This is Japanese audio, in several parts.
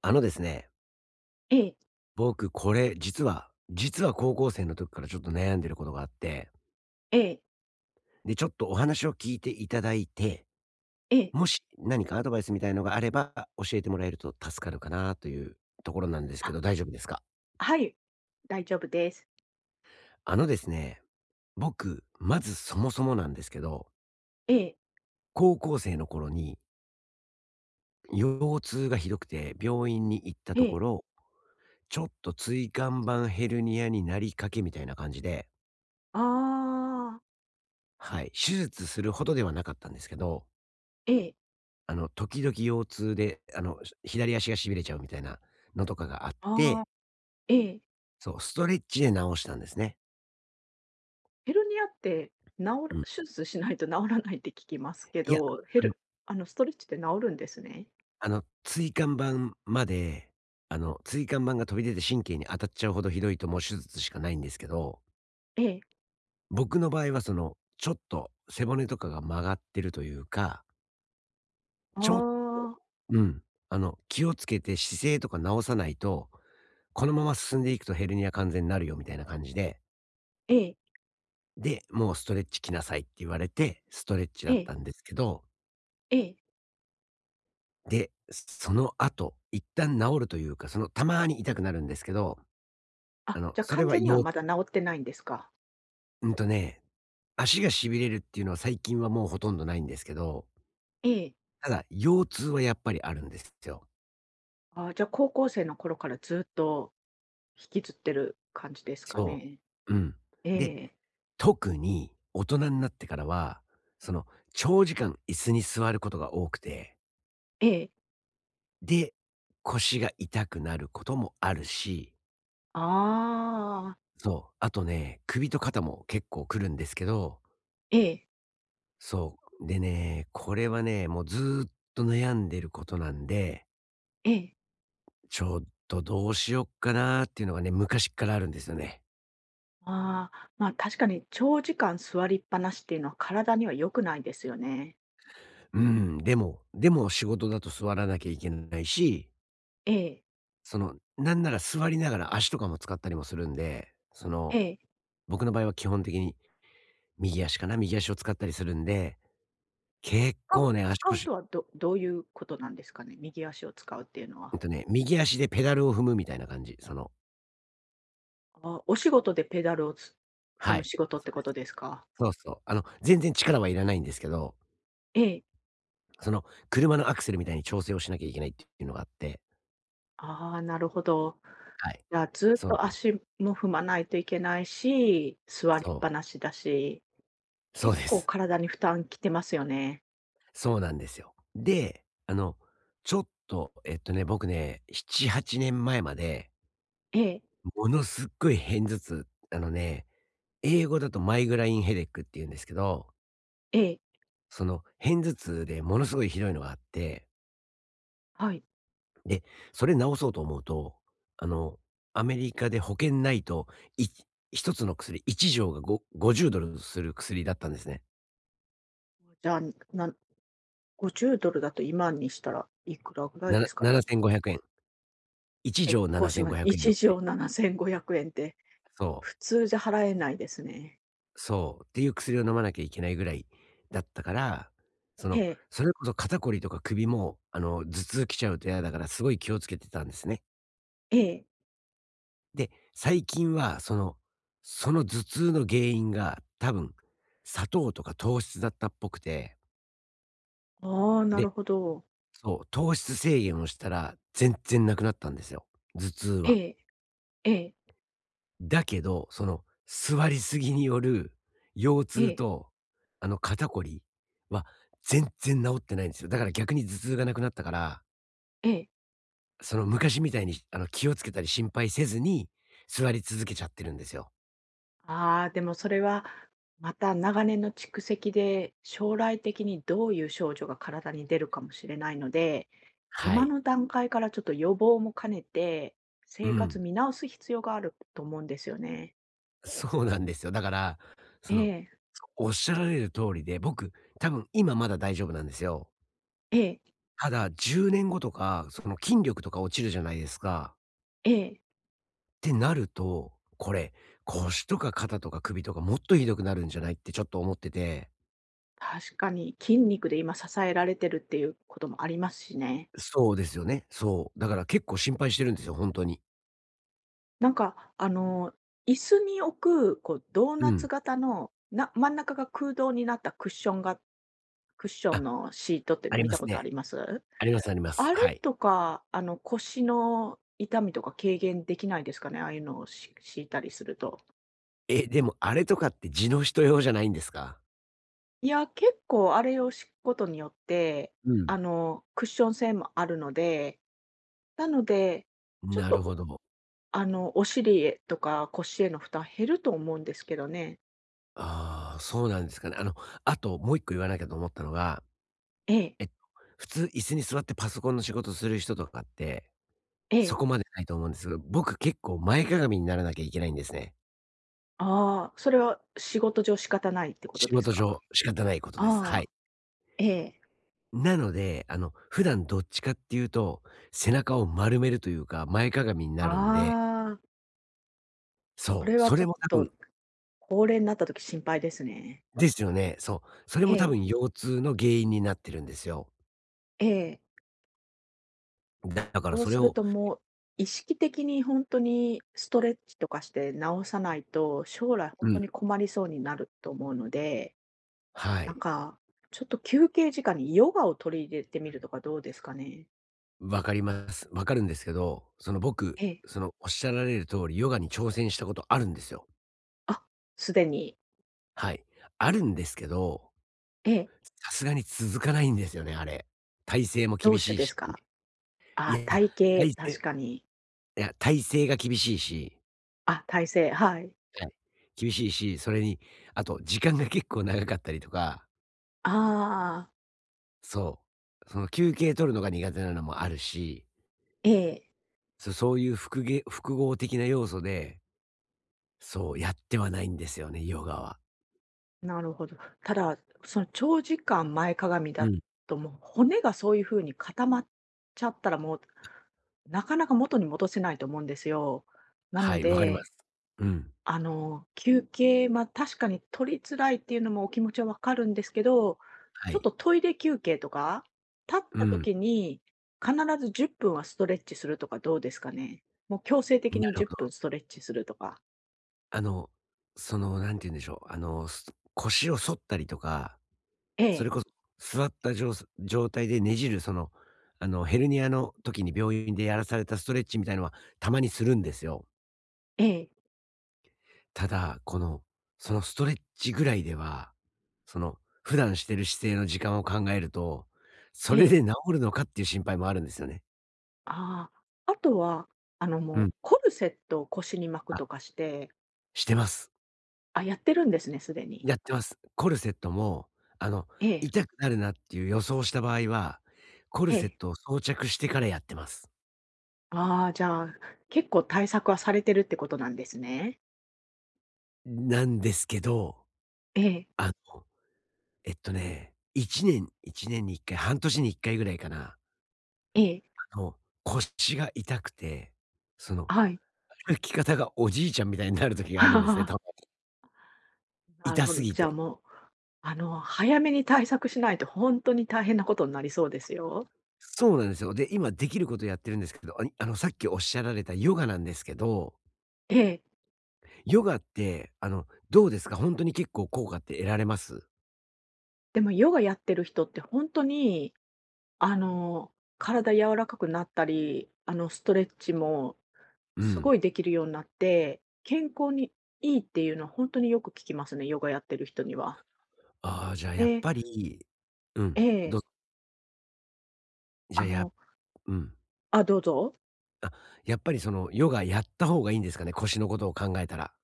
あのですね、ええ、僕これ実は高校生の時からちょっと悩んでることがあって、ええ、で、ちょっとお話を聞いていただいて、ええ。もし何かアドバイスみたいのがあれば教えてもらえると助かるかなというところなんですけあ、ど、大丈夫ですか？はい、大丈夫です。あのですね、僕、まずそもそもなんですけど、ええ、高校生の頃に腰痛がひどくて病院に行ったえとこえ。ろ、ちょっと椎間板ヘルニアになりかけみたいな感じで、ああ、はい、手術するほどではなかったんですけど、ええ、時々腰痛で、左足が痺れちゃうみたいなのとかがあっああ、て、ええ。そう、ストレッチで治したんですね。ヘルニアって治るうん。手術しないと治らないって聞きますけいや、ど、ヘあのルあの、ストレッチで治るんですね。椎間板まで、椎間板が飛び出て神経に当たっちゃうほどひどいと、もう手術しかないんですけど、ええ、僕の場合はその、ちょっと背骨とかが曲がってるというか、あちょっとあ、うん、気をつけて姿勢とか直さないと、このまま進んでいくとヘルニア完全になるよみたいな感じで、ええ、で、もうストレッチ来なさいって言われて、ストレッチだえっえ、たんですけど、ええ。で、その後、一旦治るというか、そのたまに痛くなるんですけど、ああ、の、じゃ、それ完は全にはよまだ治ってないんですか？うんとね、足が痺れるっていうのは最近はもうほとんどないんですけど、ええ。ただ、腰痛はやっぱりあるんですよ。ああ、じゃ、高校生の頃からずっと引きずってる感じですかそね。う。うん。えで、え、特に大人になってからは、その長時間椅子に座ることが多くて、ええ。で、腰が痛くなることもあるし、ああ、そう。あとね、首と肩も結構くるんですけど、ええ、そう。でね、これはね、もうずーっと悩んでることなんで、ええ。ちょっとどうしよっかなーっていうのがね、昔っからあるんですよね。ああ、まあ確かに長時間座りっぱなしっていうのは体には良くないですよね。うん。でも、仕事だと座らなきゃいけないし、ええ、その、なんなら座りながら足とかも使ったりもするんで、そえの、え。僕の場合は基本的に右足かな、右足を使ったりするんで、結使構うね、足使う腰、とはどどういうことなんですかね、右足を使うっていうのは。うんとね、右足でペダルを踏むみたいな感じ。その、あ、お仕事でペダルを踏はむい。仕事ってそうこです、とですか？そうそう。全然力はいらないんですけど、ええ。その、車のアクセルみたいに調整をしなきゃいけないっていうのがあって。ああ、なるほど。はい。じゃあずっそうとなんです。足も踏まないといけないし、座りそっぱう。なしだし、そ結うで構す。体に負担きてますよね。そうなんですよ。で、ちょっと、僕ね、7、8年前まで、ええ、ものすっごい片頭痛、あのね、英語だとマイグラインヘデックって言うんですけど、ええ、その片頭痛でものすごいひどいのがあって、はい。で、それ治そうと思うと、あの、アメリカで保険ないと、い一つの薬、1錠が$50 する薬だったんですね。じゃあ、な $50 だと今にしたらいくらぐらいですかね？7,500円。1結錠構しま7,500す。円1の薬。錠7,500円ってそ普う、通じゃ払えないですね。そう、っていう薬を飲まなきゃいけないぐらいだったから、そえの、え、それこそ肩こりとか首も、頭痛きちゃうと嫌だからすごい気をつけてたんですね。ええ。で、最近はその頭痛の原因が多分、砂糖とか糖質だったっぽくて、ああ、なるで、ほど。そう、糖質制限をしたら全然なくなったんですよ、頭痛えは。え、ええ、だけど、その座りすぎによる腰え痛え、と、肩こりは全然治ってないんですよ。だから逆に頭痛がなくなったから、ええ。その昔みたいに、気をつけたり心配せずに座り続けちゃってるんですよ。ああ、でもそれは、また長年の蓄積で、将来的にどういう症状が体に出るかもしれないので、は今い。の段階からちょっと予防も兼ねて、う生活ん。見直す必要があると思うんですよね。そうなんですよ。だから、そえの、え、おっしゃられる通りで、僕、多分今まだ大丈夫なんですよ。ええ、ただ、10年後とか、その筋力とか落ちるじゃないですか。ええ。ってなると、これ、腰とか肩とか首とかもっとひどくなるんじゃないってちょっと思ってて。確かに、筋肉で今支えられてるっていうこともありますしね。そうですよね。そう。だから結構心配してるんですよ、ほんとに。なんか、あの、椅子に置く、ドーうナツん。型の、真ん中が空洞になったクッションが、クッショあ、ンのシートってあり見またすことあね。りますありますあります。あはれい。とか、あの、腰の痛みとか軽減できないですかね、ああいうのを敷いたりすると。え、でもあれとかって地の人用じゃないんですか？いや、結構あれを敷くことによって、うあん。の、クッション性もあるので、なので、ちょっなるほとど。あの、お尻へとか腰への負担減ると思うんですけどね。ああ、そうなんですかね。あともう一個言わなきゃと思ったのが、ええ、えっと、普通椅子に座ってパソコンの仕事する人とかってえそこえ。までないと思うんですが、僕結構前かがみにならなきゃいけないんですね。ああ、それは仕事上仕方ないってこと仕です事か？上、仕方ないことです。あはあ、い。ええ。なので、普段どっちかっていうと、背中を丸めるというか、前かがみになるんで、ああ、そそれう、はそちょれっも多と、分高齢になった時心配ですね。ですよね。そう、それえも多え、分腰痛の原因になってるんですよ。ええ。だからそうそすれるを、ともう、意識的にほんとにストレッチとかして治さないと、将来ほんうとん、に困りそうになると思うので、はなんい、か、ちょっと休憩時間にヨガを取り入れてみるとかどうですかね？わかります。わかるんですけど、その僕、ええ。そのおっしゃられる通り、ヨガに挑戦したことあるんですよ。あ、すでに。はい。あるんですけど、ええ、さすがに続かないんですよね、あれ。体勢も同厳種しいでし。すか？いやあ、いや、体体型、勢確かいに。や、体勢が厳しいし、あ、体勢、はい。はい。厳しいし、それに、あと時間が結構長かったりとか、ああ、そう、その休憩取るのが苦手なのもあるし、ええ、そういう複合的な要素で、そう、やってはないんですよね、ヨガは。なるほど。ただ、その長時間前かがみうだん。と、もう骨がそういう風に固まっちゃったら、もうなかなか元に戻せないと思うんですよ。なはのい、わかりまです。うん。あの、休憩、まあ確かに取りづらいっていうのもお気持ちはわかるんですけど、はちょっい。とトイレ休憩とか、立っうたん。時に必ず10分はストレッチするとかどうですかね？もう強制的なにるほ10分スど。トレッチするとか。あの、その、なんて言うんでしょう、腰を反ったりとか、えそえ、れこそ、座った状態でねじる、その、ヘルニアの時に病院でやらされたストレッチみたいのは、たまにするんですよ。ええ、ただ、この、そのストレッチぐらいでは、その、普段してる姿勢の時間を考えると、えそれえ。で治るのかっていう心配もあるんですよね。ああ、あとは、あの、うもん。うコルセットを腰に巻くあ、とかして、してます。あ、やってるんですね、すでに。やってます。コルセットも、あの、ええ、痛くなるなっていう予想した場合は、コルえセッえ。トを装着してからやってます。ああ、じゃあ、結構対策はされてるってことなんですね。なんですけど、ええ、あの1年に1回、半年に1回ぐらいかな。ええ、あの、腰が痛くて、その、はい。歩き方がおじいちゃんみたいになる時があるんですね、多分。なる痛ほすど。ぎじゃあて。もう、あの、早めに対策しないと本当に大変なことになりそうですよ。そうなんですよ。で、今できることやってるんですけど、さっきおっしゃられたヨガなんですけど、ええ。ヨガって、どうですか？ほんとに結構効果って得られます？でもヨガやってる人って本当に、あの、体柔らかくなったり、あの、ストレッチもうすん。ごいできるようになって、健康にいいっていうのは本当によく聞きますね、ヨガやってる人には。ああ、じゃあやっでぱり、うえん、え、じゃああ、のうん。あ、どうぞ。あ、やっぱりその、ヨガやった方がいいんですかね、腰のことを考えたら。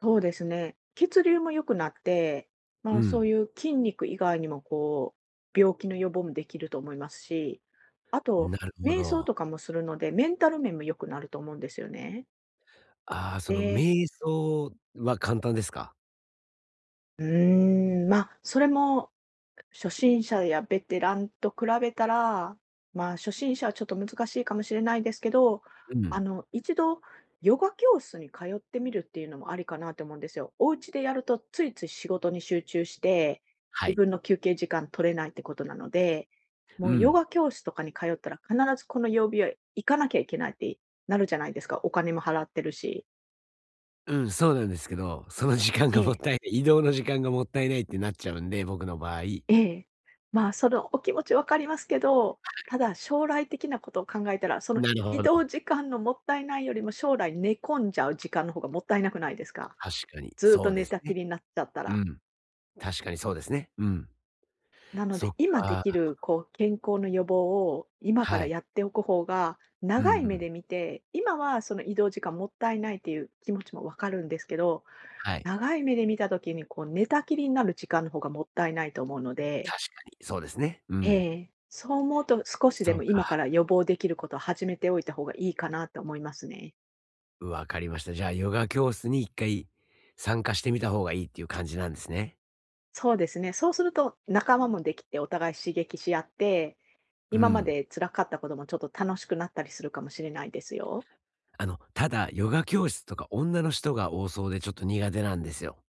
そうですね。血流も良くなって、うまあ、そうん。いう筋肉以外にも、こう、病気の予防もできると思いますし、あと、なるほ瞑想ど。とかもするので、メンタル面も良くなると思うんですよね。ああ、そので、瞑想は簡単ですか？うーん、まあ、それも初心者やベテランと比べたら、まあ、初心者はちょっと難しいかもしれないですけど、うん。あの、一度ヨガ教室に通ってみるっていうのもありかなと思うんですよ。お家でやるとついつい仕事に集中して、は自い。分の休憩時間取れないってことなので、うもうヨん。ガ教室とかに通ったら必ずこの曜日は行かなきゃいけないってなるじゃないですか。お金も払ってるし。うん、そうなんですけど、その時間えがもっえ。たいない、移動の時間がもったいないってなっちゃうんで、僕の場合。ええ。まあ、そのお気持ちわかりますけど、ただ将来的なことを考えたら、そのなる移ほ動ど。時間のもったいないよりも、将来寝込んじゃう時間の方がもったいなくないですか？確かにずっそとうで寝すたきね。りになっちゃったうら。ん。確かにそうですね。うん。なのそで、っ今でか。きるこう健康の予防を今かはらい。やっておく方が、うんう長い目ん。で見て、今はその移動時間もったいないっていう気持ちもわかるんですけど、はい。長い目で見た時にこう寝たきりになる時間の方がもったいないと思うので、確かにそうですね。うえん。え、そう思うと少しでそもう今か、から予防できることを始めておいた方がいいかなと思いますね。わかりました。じゃあヨガ教室に一回参加してみた方がいいっていう感じなんですね。そうですね。そうすると仲間もできてお互い刺激し合って、う今まん。で辛かったこともちょっと楽しくなったりするかもしれないですよ。ただ、ヨガ教室とか女の人が多そうでちょっと苦手なんですよ。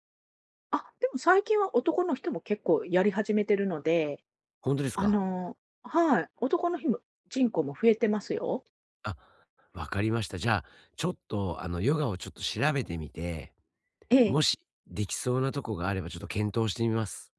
あ、でも最近は男の人も結構やり始めてるので、本当ですあか？のはい、男の人口も増えてますよ。あ、わかりました。じゃあ、ちょっと、ヨガをちょっと調べてみて、ええ、もしできそうなとこがあればちょっと検討してみます。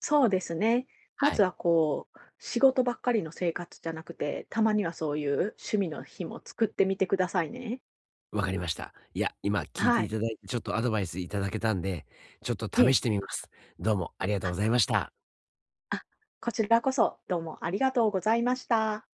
そうですね。まはずい。はこう、仕事ばっかりの生活じゃなくて、たまにはそういう趣味の日も作ってみてくださいね。わかりました。いや、今聞いはていい。ただいてちょっとアドバイスいただけたんで、ちょっとえ試え。してみます。どうもありがとうございあ、ました。あ、こちらこそ、どうもありがとうございました。